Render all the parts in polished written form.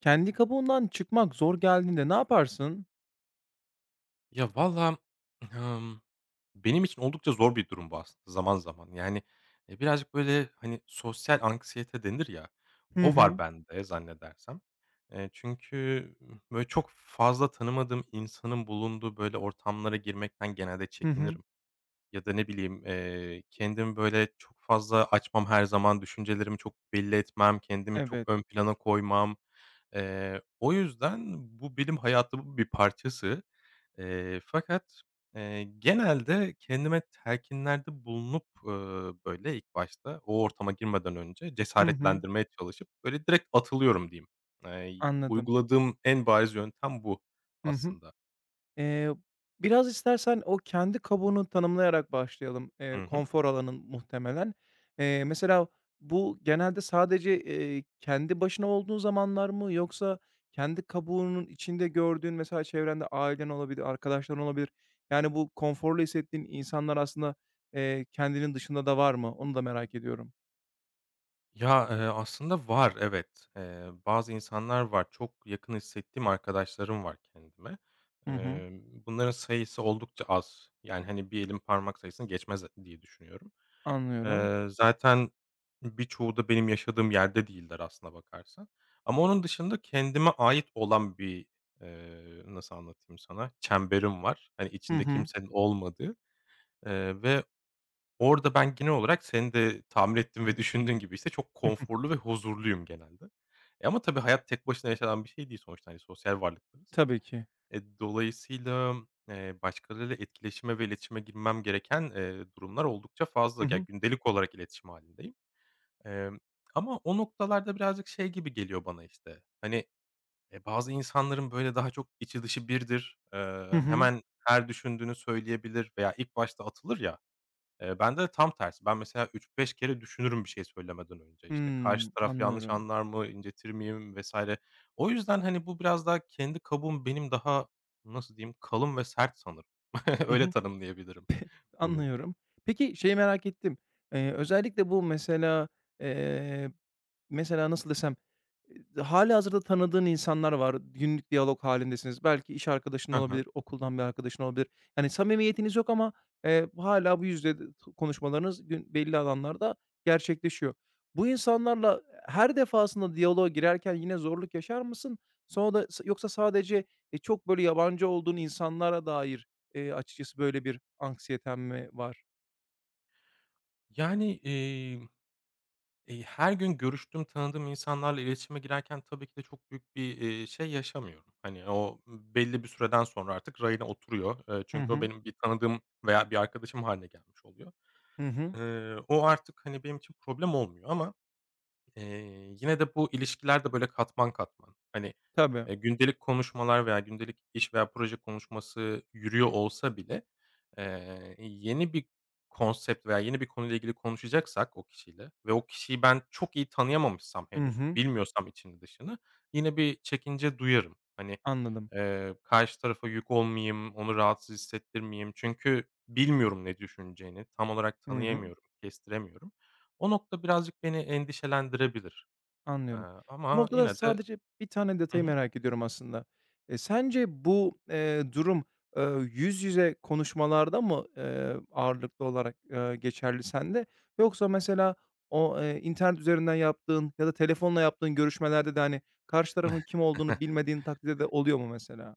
Kendi kabuğundan çıkmak zor geldiğinde ne yaparsın? Ya, valla, hımm, benim için oldukça zor bir durum bu aslında zaman zaman. Yani, birazcık, böyle, hani, sosyal anksiyete denir ya, Hı o var hı. bende zannedersem. Çünkü, böyle, çok fazla tanımadığım insanın bulunduğu, böyle, ortamlara girmekten genelde Hı hı. çekinirim. Ya da ne bileyim, kendimi, böyle, çok fazla açmam her zaman, düşüncelerimi çok belli etmem, kendimi çok Evet. ön plana koymam. O yüzden bu benim hayatımın bir parçası. Fakat, genelde kendime telkinlerde bulunup, böyle, ilk başta o ortama girmeden önce Hı hı. cesaretlendirmeye çalışıp, böyle, direkt atılıyorum diyeyim. Anladım. Uyguladığım en bariz yöntem bu Hı hı. aslında. Eee, Biraz istersen o kendi kabuğunu tanımlayarak başlayalım. Hı hı. Konfor alanın muhtemelen. Mesela bu genelde sadece, kendi başına olduğun zamanlar mı yoksa kendi kabuğunun içinde gördüğün mesela çevrende ailen olabilir, arkadaşların olabilir. Yani bu konforlu hissettiğin insanlar aslında, kendinin dışında da var mı? Onu da merak ediyorum. Ya, aslında var, evet. Bazı insanlar var. Çok yakın hissettiğim arkadaşlarım var kendime. Hı hı. Bunların sayısı oldukça az. Yani, hani, bir elin parmak sayısını geçmez diye düşünüyorum. Anlıyorum. Zaten birçoğu da benim yaşadığım yerde değiller aslına bakarsan. Ama onun dışında kendime ait olan bir, nasıl anlatayım sana, çemberim var. Hani, Hı içinde hı. kimsenin olmadığı, ve orada ben genel olarak senin de tahmin ettiğin ve düşündüğün gibi, işte, çok Hı hı. konforlu ve huzurluyum genelde. Ama tabii hayat tek başına yaşanan bir şey değil sonuçta, hani, sosyal varlıklarız. Tabii ki. Dolayısıyla, başkalarıyla etkileşime ve iletişime girmem gereken, durumlar oldukça Hı fazla. Ya, hı. gündelik olarak iletişim halindeyim. Emm, ama o noktalarda birazcık şey gibi geliyor bana, işte, hani, bazı insanların, böyle, daha çok içi dışı birdir. Hı hı. Hemen her düşündüğünü söyleyebilir veya ilk başta atılır ya. Bende de tam tersi. Ben mesela 3-5 kere düşünürüm bir şey söylemeden önce. İşte, karşı Hımm, taraf yanlış anlıyorum. anlar mı, incetir miyim vs. O yüzden, hani, bu biraz daha kendi kabuğum benim daha, nasıl diyeyim, kalın ve sert sanırım. Hı Öyle hı. tanımlayabilirim bunu. Anlıyorum. Peki şeyi merak ettim. Özellikle bu mesela, eee, mesela nasıl desem. Hâlihazırda tanıdığın insanlar var. Günlük diyalog halindesiniz. Belki iş arkadaşın Hı hı. olabilir, okuldan bir arkadaşın olabilir. Yani samimiyetiniz yok ama, hâlâ bu yüzde konuşmalarınız gün belli alanlarda gerçekleşiyor. Bu insanlarla her defasında diyaloğa girerken yine zorluk yaşar mısın? Sonra da yoksa sadece, çok böyle yabancı olduğun insanlara dair, açıkçası böyle bir anksiyeten mi var? Yani, her gün görüştüğüm, tanıdığım insanlarla iletişime girerken tabii ki de çok büyük bir, şey yaşamıyorum. Hani, o belli bir süreden sonra artık rayına oturuyor. Hı Çünkü o hı. benim bir tanıdığım veya bir arkadaşım hâline gelmiş oluyor. Hı hı. O artık, hani, benim için problem olmuyor ama yine de bu ilişkiler de böyle katman katman. Hani, Tabii. Gündelik konuşmalar veya gündelik iş veya proje konuşması yürüyor olsa bile, yeni bir konsept veya yeni bir konuyla ilgili konuşacaksak o kişiyle ve o kişiyi ben çok iyi tanıyamamışsam Hı henüz, hı. bilmiyorsam içini dışını yine bir çekince duyarım. Hani, Anladım. Karşı tarafa yük olmayayım, onu rahatsız hissettirmeyeyim. Çünkü bilmiyorum ne düşüneceğini, tam olarak Hı hı. tanıyamıyorum, kestiremiyorum. O nokta birazcık beni endişelendirebilir. Eee, Anlıyorum. Bu ama noktada yine de sadece bir tane Hı detayı hı. merak ediyorum aslında. E, sence bu, durum, eee, yüz yüze konuşmalarda mı, ağırlıklı olarak, geçerli sende yoksa mesela o, internet üzerinden yaptığın ya da telefonla yaptığın görüşmelerde de, hani, karşı tarafın kim olduğunu bilmediğin takdirde de oluyor mu mesela?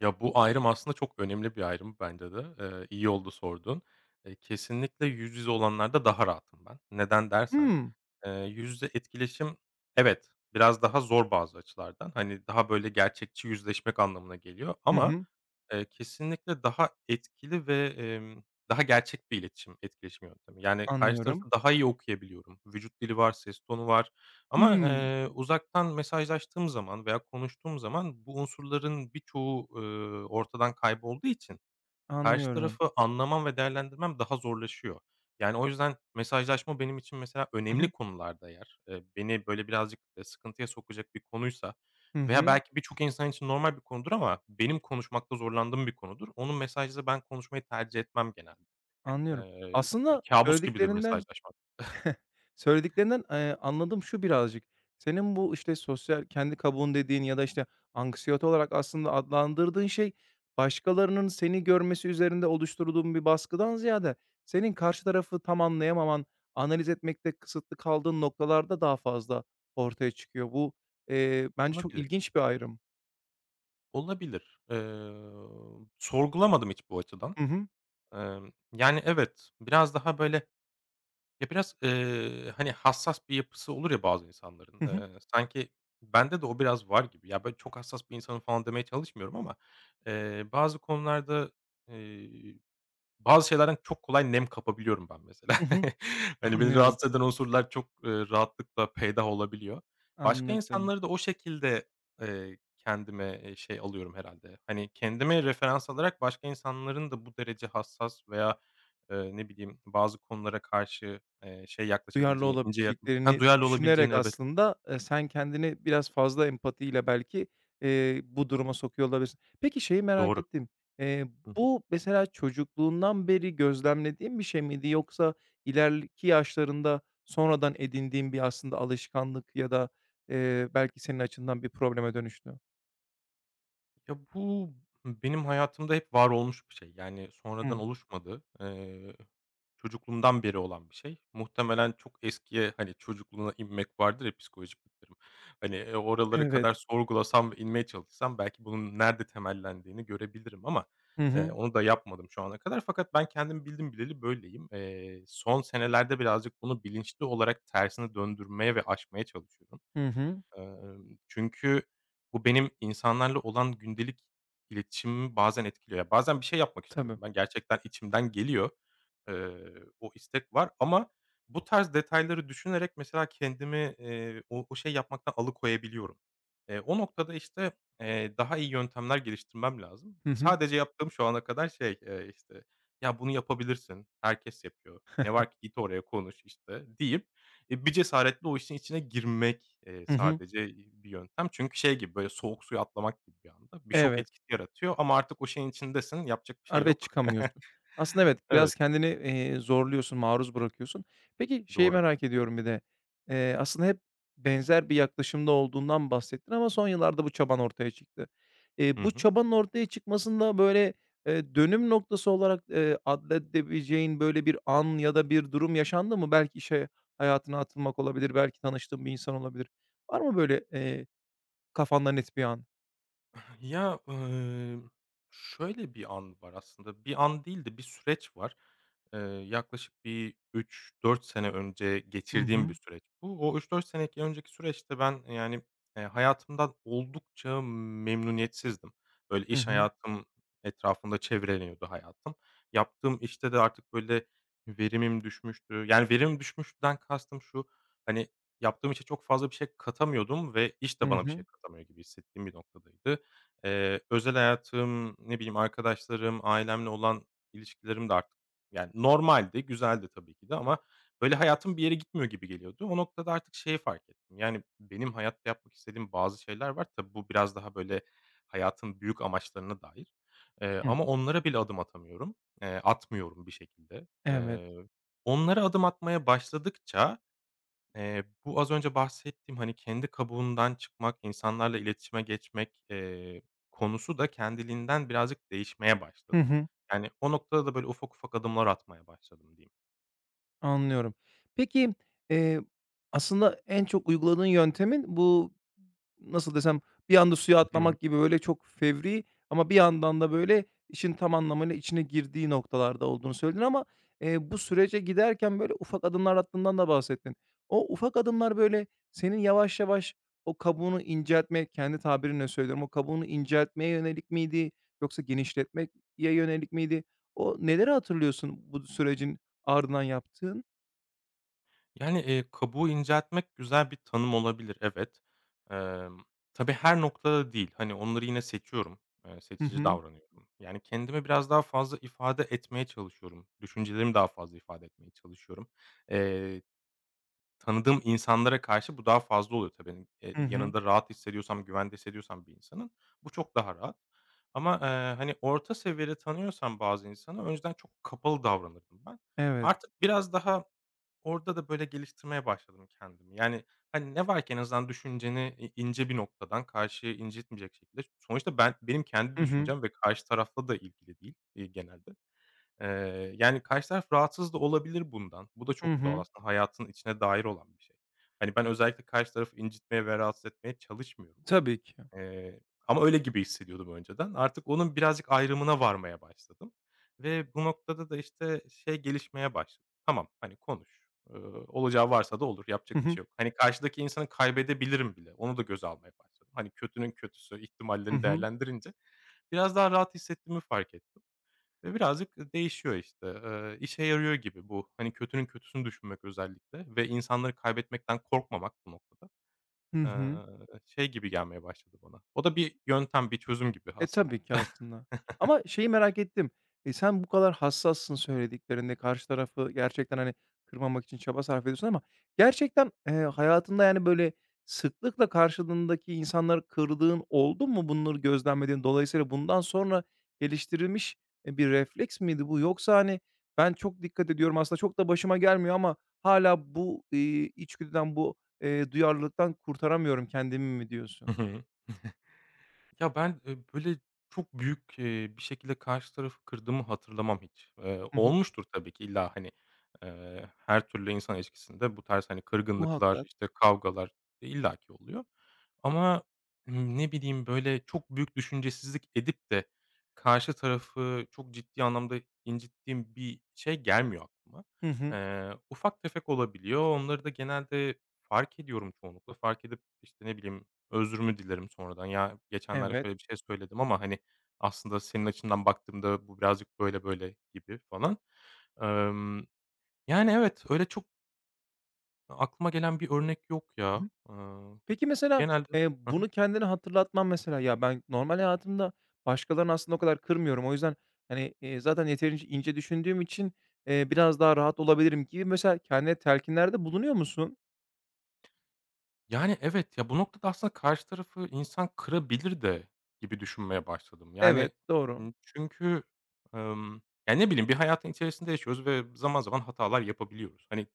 Ya, bu ayrım aslında çok önemli bir ayrım bence de. İyi oldu sorduğun. Kesinlikle yüz yüze olanlarda daha rahatım ben. Neden dersen, Hımm. Yüz yüze etkileşim evet, biraz daha zor bazı açılardan. Hani, daha böyle gerçekçi yüzleşmek anlamına geliyor Hı ama hı. Kesinlikle daha etkili ve, daha gerçek bir iletişim, etkileşim yöntemi. Yani, karşı tarafı Anlıyorum. daha iyi okuyabiliyorum. Vücut dili var, ses tonu var ama, Hımm. Uzaktan mesajlaştığım zaman veya konuştuğum zaman bu unsurların birçoğu, ortadan kaybolduğu için karşı Anlıyorum. tarafı anlamam ve değerlendirmem daha zorlaşıyor. Yani, o yüzden mesajlaşma benim için mesela Hı önemli hı. konularda eğer, beni, böyle, birazcık, sıkıntıya sokacak bir konuysa Hı veya hı. belki birçok insan için normal bir konudur ama benim konuşmakta zorlandığım bir konudur. Onu mesajda ben konuşmayı tercih etmem genelde. Anlıyorum. Bir Aslında kâbus gibidir söylediklerinden mesajlaşmak. Söylediklerinden, anladığım şu birazcık, senin bu, işte, sosyal kendi kabuğun dediğin ya da, işte, anksiyete olarak aslında adlandırdığın şey, başkalarının seni görmesi üzerinde oluşturduğun bir baskıdan ziyade senin karşı tarafı tam anlayamaman, analiz etmekte kısıtlı kaldığın noktalarda daha fazla ortaya çıkıyor. Bu, bence çok Olabilir, ilginç bir ayrım. olabilir. Sorgulamadım hiç bu açıdan. Hı hı. Yani, evet, biraz daha, böyle, Ya, biraz, hani, hassas bir yapısı olur ya bazı Hı insanların. hı. Sanki bende de o biraz var gibi. Ya, ben çok hassas bir insanım falan demeye çalışmıyorum ama, bazı konularda, eee bazı şeylerden çok kolay nem kapabiliyorum ben mesela. Hı hı. Hani, beni Anlıyorum. rahatsız eden unsurlar çok, rahatlıkla peydah olabiliyor. Başka Anladım. insanları da o şekilde, kendime, şey alıyorum herhalde. Hani, kendime referans alarak başka insanların da bu derece hassas veya, ne bileyim, bazı konulara karşı, şey Duyarlı yaklaşabileceği, ince yakla olabileceklerini duyarlı düşünerek olabileceğini. Evet, aslında, sen kendini biraz fazla empatiyle belki, bu duruma sokuyor olabilirsin. Peki şeyi merak doğru. ettim. Eee, Hı hı. Bu mesela çocukluğundan beri gözlemlediğin bir şey miydi yoksa ileriki yaşlarında sonradan edindiğin bir aslında alışkanlık ya da, belki senin açından bir probleme dönüştü? Ya, bu benim hayatımda hep var olmuş bir şey. Yani, sonradan Hımm. oluşmadı. Çocukluğumdan beri olan bir şey. Muhtemelen çok eskiye, hani, çocukluğuna inmek vardır ya psikolojik bir terim. Hani, oralara Evet. kadar sorgulasam ve inmeye çalışsam belki bunun nerede temellendiğini görebilirim ama, Hı hı. onu da yapmadım şu ana kadar. Fakat ben kendim bildim bileli böyleyim. Son senelerde birazcık bunu bilinçli olarak tersine döndürmeye ve aşmaya çalışıyorum. Hı hı. Çünkü bu benim insanlarla olan gündelik iletişimimi bazen etkiliyor. Ya, bazen bir şey yapmak Tabii. istiyorum ben. Gerçekten içimden geliyor. O istek var ama bu tarz detayları düşünerek mesela kendimi, o şeyi yapmaktan alıkoyabiliyorum. O noktada, işte, daha iyi yöntemler geliştirmem lazım. Hı hı. Sadece yaptığım şu ana kadar şey, işte, "Ya, bunu yapabilirsin, herkes yapıyor, ne var ki git oraya konuş." işte, deyip bir cesaretle o işin içine girmek, Hı hı. sadece, bir yöntem. Çünkü şey gibi, böyle, soğuk suya atlamak gibi bir anda. Bir şok Evet. etkisi yaratıyor ama artık o şeyin içindesin, yapacak bir şey Arada yok. çıkamıyorsun. Aslında evet, biraz Evet, kendini, zorluyorsun, maruz bırakıyorsun. Peki, şeyi doğru. merak ediyorum bir de, aslında hep benzer bir yaklaşımda olduğundan bahsettin ama son yıllarda bu çaban ortaya çıktı. Hı Bu hı. çabanın ortaya çıkmasında, böyle, dönüm noktası olarak, addedebileceğin, böyle, bir an ya da bir durum yaşandı mı? Belki işe hayatına atılmak olabilir, belki tanıştığın bir insan olabilir. Var mı böyle, kafanda net bir an? Ya, şöyle bir an var aslında. Bir an değil de bir süreç var. Yaklaşık bir 3-4 sene önce Hı geçirdiğim bir hı. süreç bu. O 3-4 sene önceki süreçte ben, yani, hayatımdan oldukça memnuniyetsizdim. Böyle Hı iş hı. hayatım etrafında çevreleniyordu hayatım. Yaptığım işte de artık böyle verimim düşmüştü. Yani, verimim düşmüşten kastım şu, hani, yaptığım işe çok fazla bir şey katamıyordum ve iş Hı de bana bir hı. şey katamıyor gibi hissettiğim bir noktadaydı. Özel hayatım, ne bileyim, arkadaşlarım, ailemle olan ilişkilerim de artık, yani, normaldi, güzeldi tabii ki de ama, böyle, hayatım bir yere gitmiyor gibi geliyordu. O noktada artık şeyi fark ettim, yani, benim hayatta yapmak istediğim bazı şeyler var. Tabii bu biraz daha, böyle, hayatın büyük amaçlarına dair, Hı. ama onlara bile adım atamıyorum. Atmıyorum bir şekilde. Evet. Onlara adım atmaya başladıkça bu az önce bahsettiğim, hani, kendi kabuğundan çıkmak, insanlarla iletişime geçmek, konusu da kendiliğinden birazcık değişmeye Hı başladı. hı. Yani, o noktada da böyle ufak ufak adımlar atmaya başladım diyeyim. Anlıyorum. Peki, eee, aslında en çok uyguladığın yöntemin bu, nasıl desem, bir anda suya Hı hı. atlamak gibi, böyle, çok fevri ama bir yandan da, böyle, işin tam anlamıyla içine girdiği noktalarda olduğunu söyledin ama, bu sürece giderken, böyle, ufak adımlar attığından da bahsettin. O ufak adımlar, böyle, senin yavaş yavaş o kabuğunu inceltmeye, kendi tabirinle söylüyorum, o kabuğunu inceltmeye yönelik miydi yoksa genişletmeye yönelik miydi? O neleri hatırlıyorsun bu sürecin ardından yaptığın? Yani, kabuğu inceltmek güzel bir tanım olabilir, evet. Emm, tabii her noktada değil. Hani, onları yine seçiyorum, Hı seçici hı. davranıyorum. Yani, kendimi biraz daha fazla ifade etmeye çalışıyorum. Düşüncelerimi daha fazla ifade etmeye çalışıyorum. Tanıdığım insanlara karşı bu daha fazla oluyor tabii. Hani, Hı hı. yanında rahat hissediyorsam, güvende hissediyorsam bir insanın bu çok daha rahat. Ama, hani, orta seviyede tanıyorsam bazı insanı önceden çok kapalı davranırdım ben. Evet. Artık biraz daha orada da, böyle, geliştirmeye başladım kendimi. Yani, hani, ne var ki en azından düşünceni ince bir noktadan karşıyı incitmeyecek şekilde. Sonuçta ben benim kendi Hı hı. düşüncem ve karşı tarafla da ilgili değil, genelde. Yani, karşı taraf rahatsız da olabilir bundan. Bu da Hı çok doğal hı. aslında hayatın içine dair olan bir şey. Hani, ben özellikle karşı tarafı incitmeye ve rahatsız etmeye çalışmıyorum. Tabii ki. Eee, ama öyle gibi hissediyordum önceden. Artık onun birazcık ayrımına varmaya başladım ve bu noktada da, işte, şey gelişmeye başladı. Tamam, hani, konuş, olacağı varsa da olur, Hı yapacak bir hı. şey yok. Hani, karşıdaki insanı kaybedebilirim bile, onu da göze almaya başladım. Hani, kötünün kötüsü Hı ihtimallerini hı. değerlendirince biraz daha rahat hissettiğimi fark ettim. Ve birazcık değişiyor, işte. İşe yarıyor gibi bu. Hani, kötünün kötüsünü düşünmek özellikle ve insanları kaybetmekten korkmamak bu noktada. Hı hı. Şey gibi gelmeye başladı bana. O da bir yöntem, bir çözüm gibi E, aslında. tabii ki aslında. Ama şeyi merak ettim. E, sen bu kadar hassassın söylediklerinde, karşı tarafı gerçekten, hani, kırmamak için çaba sarf ediyorsun ama gerçekten, hayatında, yani, böyle, sıklıkla karşılığındaki insanları kırdığın oldu mu bunları gözlemlediğin? Dolayısıyla bundan sonra geliştirilmiş, bir refleks miydi bu? Yoksa, hani, ben çok dikkat ediyorum, aslında çok da başıma gelmiyor ama hala bu, içgüdüden, bu, duyarlılıktan kurtaramıyorum kendimi mi diyorsun? Ya, ben, böyle, çok büyük, bir şekilde karşı tarafı kırdığımı hatırlamam hiç. Hı hı. Olmuştur tabii ki illa, hani, her türlü insan ilişkisinde bu tarz, hani, kırgınlıklar, Muhakkak. işte, kavgalar illaki oluyor ama, ne bileyim, böyle, çok büyük düşüncesizlik edip de karşı tarafı çok ciddi anlamda incittiğim bir şey gelmiyor aklıma. Hı hı. Ufak tefek olabiliyor. Onları da genelde fark ediyorum çoğunlukla. Fark edip, işte, ne bileyim özrümü dilerim sonradan. Ya, geçenlerde Evet. şöyle bir şey söyledim ama, hani, aslında senin açından baktığımda bu birazcık böyle böyle gibi falan. Emm, yani, evet, öyle çok aklıma gelen bir örnek yok Hı ya. hı. Peki mesela, genelde Hıh. bunu kendine hatırlatman mesela, "Ya, ben normal hayatımda başkalarını aslında o kadar kırmıyorum. O yüzden, hani, zaten yeterince ince düşündüğüm için, biraz daha rahat olabilirim." gibi mesela kendine telkinlerde bulunuyor musun? Yani, evet, ya, bu noktada aslında karşı tarafı insan kırabilir de gibi düşünmeye başladım. Evet, Yani, doğru. Çünkü, ımm, ya, ne bileyim, bir hayatın içerisinde yaşıyoruz ve zaman zaman hatalar yapabiliyoruz. Hani,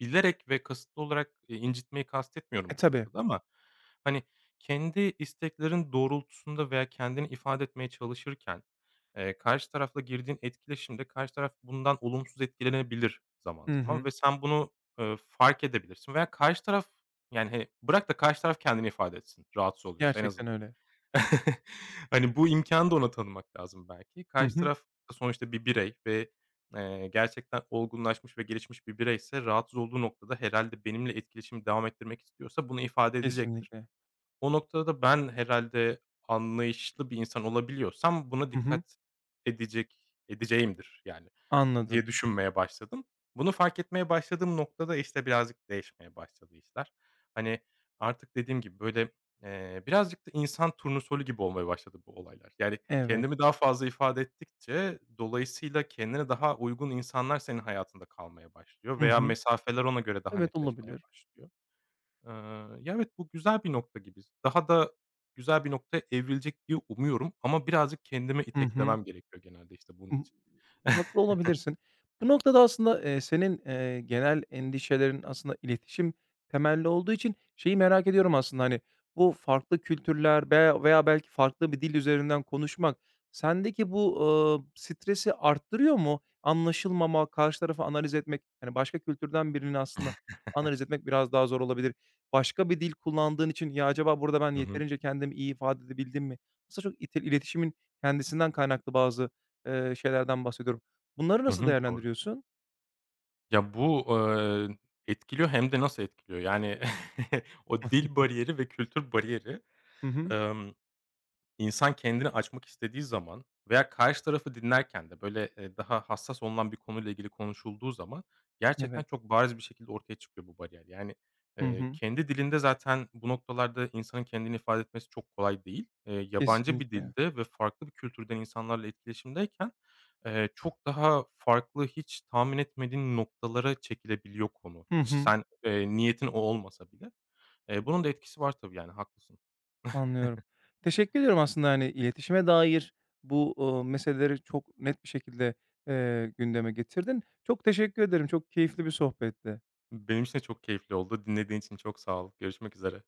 bilerek ve kasıtlı olarak, incitmeyi E, kastetmiyorum bu tabii. noktada ama, hani, kendi isteklerin doğrultusunda veya kendini ifade etmeye çalışırken, karşı tarafla girdiğin etkileşimde karşı taraf bundan olumsuz etkilenebilir zaman Hı zaman hı. ve sen bunu, fark edebilirsin veya karşı taraf yani, hani, bırak da karşı taraf kendini ifade etsin, rahatsız oluyorsa en Gerçekten azından. öyle. Hani, bu imkânı da ona tanımak lazım belki. Hı Karşı hı. taraf da sonuçta bir birey ve, gerçekten olgunlaşmış ve gelişmiş bir bireyse rahatsız olduğu noktada herhalde benimle etkileşimi devam ettirmek istiyorsa bunu ifade edecektir. Kesinlikle. O noktada da ben herhalde anlayışlı bir insan olabiliyorsam buna Hı hı. dikkat edeceğimdir yani Anladım. diye düşünmeye başladım. Bunu fark etmeye başladığım noktada, işte, birazcık değişmeye başladı işler. Hani, artık dediğim gibi, böyle, birazcık da insan turnusolu gibi olmaya başladı bu olaylar. Yani, Evet. kendimi daha fazla ifade ettikçe dolayısıyla kendine daha uygun insanlar senin hayatında kalmaya başlıyor Hı veya hı. mesafeler ona göre daha Evet, netleşmeye olabilir. başlıyor. Ya, evet, bu güzel bir nokta gibi. Daha da güzel bir noktaya evrilecek diye umuyorum ama birazcık kendime Hı hı. iteklemem gerekiyor genelde, işte, bunun Hı hı. için. Haklı olabilirsin. Bu noktada aslında, senin, genel endişelerin aslında iletişim temelli olduğu için şeyi merak ediyorum aslında, hani, bu farklı kültürler veya belki farklı bir dil üzerinden konuşmak sendeki bu, stresi arttırıyor mu? Anlaşılmama, karşı tarafı analiz etmek, hani, başka kültürden birini aslında analiz etmek biraz daha zor olabilir. Başka bir dil kullandığın için, "Ya, acaba burada ben Hı hı. yeterince kendimi iyi ifade edebildim mi?" Aslında çok ite iletişimin kendisinden kaynaklı bazı, şeylerden bahsediyorum. Bunları Hı nasıl hı. Doğru. değerlendiriyorsun? Ya, bu, etkiliyor hem de nasıl etkiliyor? Yani, o dil bariyeri ve kültür bariyeri, Hı hı. İnsan kendini açmak istediği zaman veya karşı tarafı dinlerken de, böyle, daha hassas olunan bir konuyla ilgili konuşulduğu zaman gerçekten Evet. çok bariz bir şekilde ortaya çıkıyor bu bariyer. Yani, Hı hı. kendi dilinde zaten bu noktalarda insanın kendini ifade etmesi çok kolay değil. Yabancı bir Kesinlikle. dilde ve farklı bir kültürden insanlarla etkileşimdeyken, çok daha farklı, hiç tahmin etmediğin noktalara çekilebiliyor konu. Hı hı. Sen, niyetin o olmasa bile. Bunun da etkisi var tabii, yani, haklısın. Anlıyorum. Teşekkür ediyorum aslında, hani, iletişime dair bu, meseleleri çok net bir şekilde, gündeme getirdin. Çok teşekkür ederim. Çok keyifli bir sohbetti. Benim için de çok keyifli oldu. Dinlediğin için çok sağ ol. Görüşmek üzere.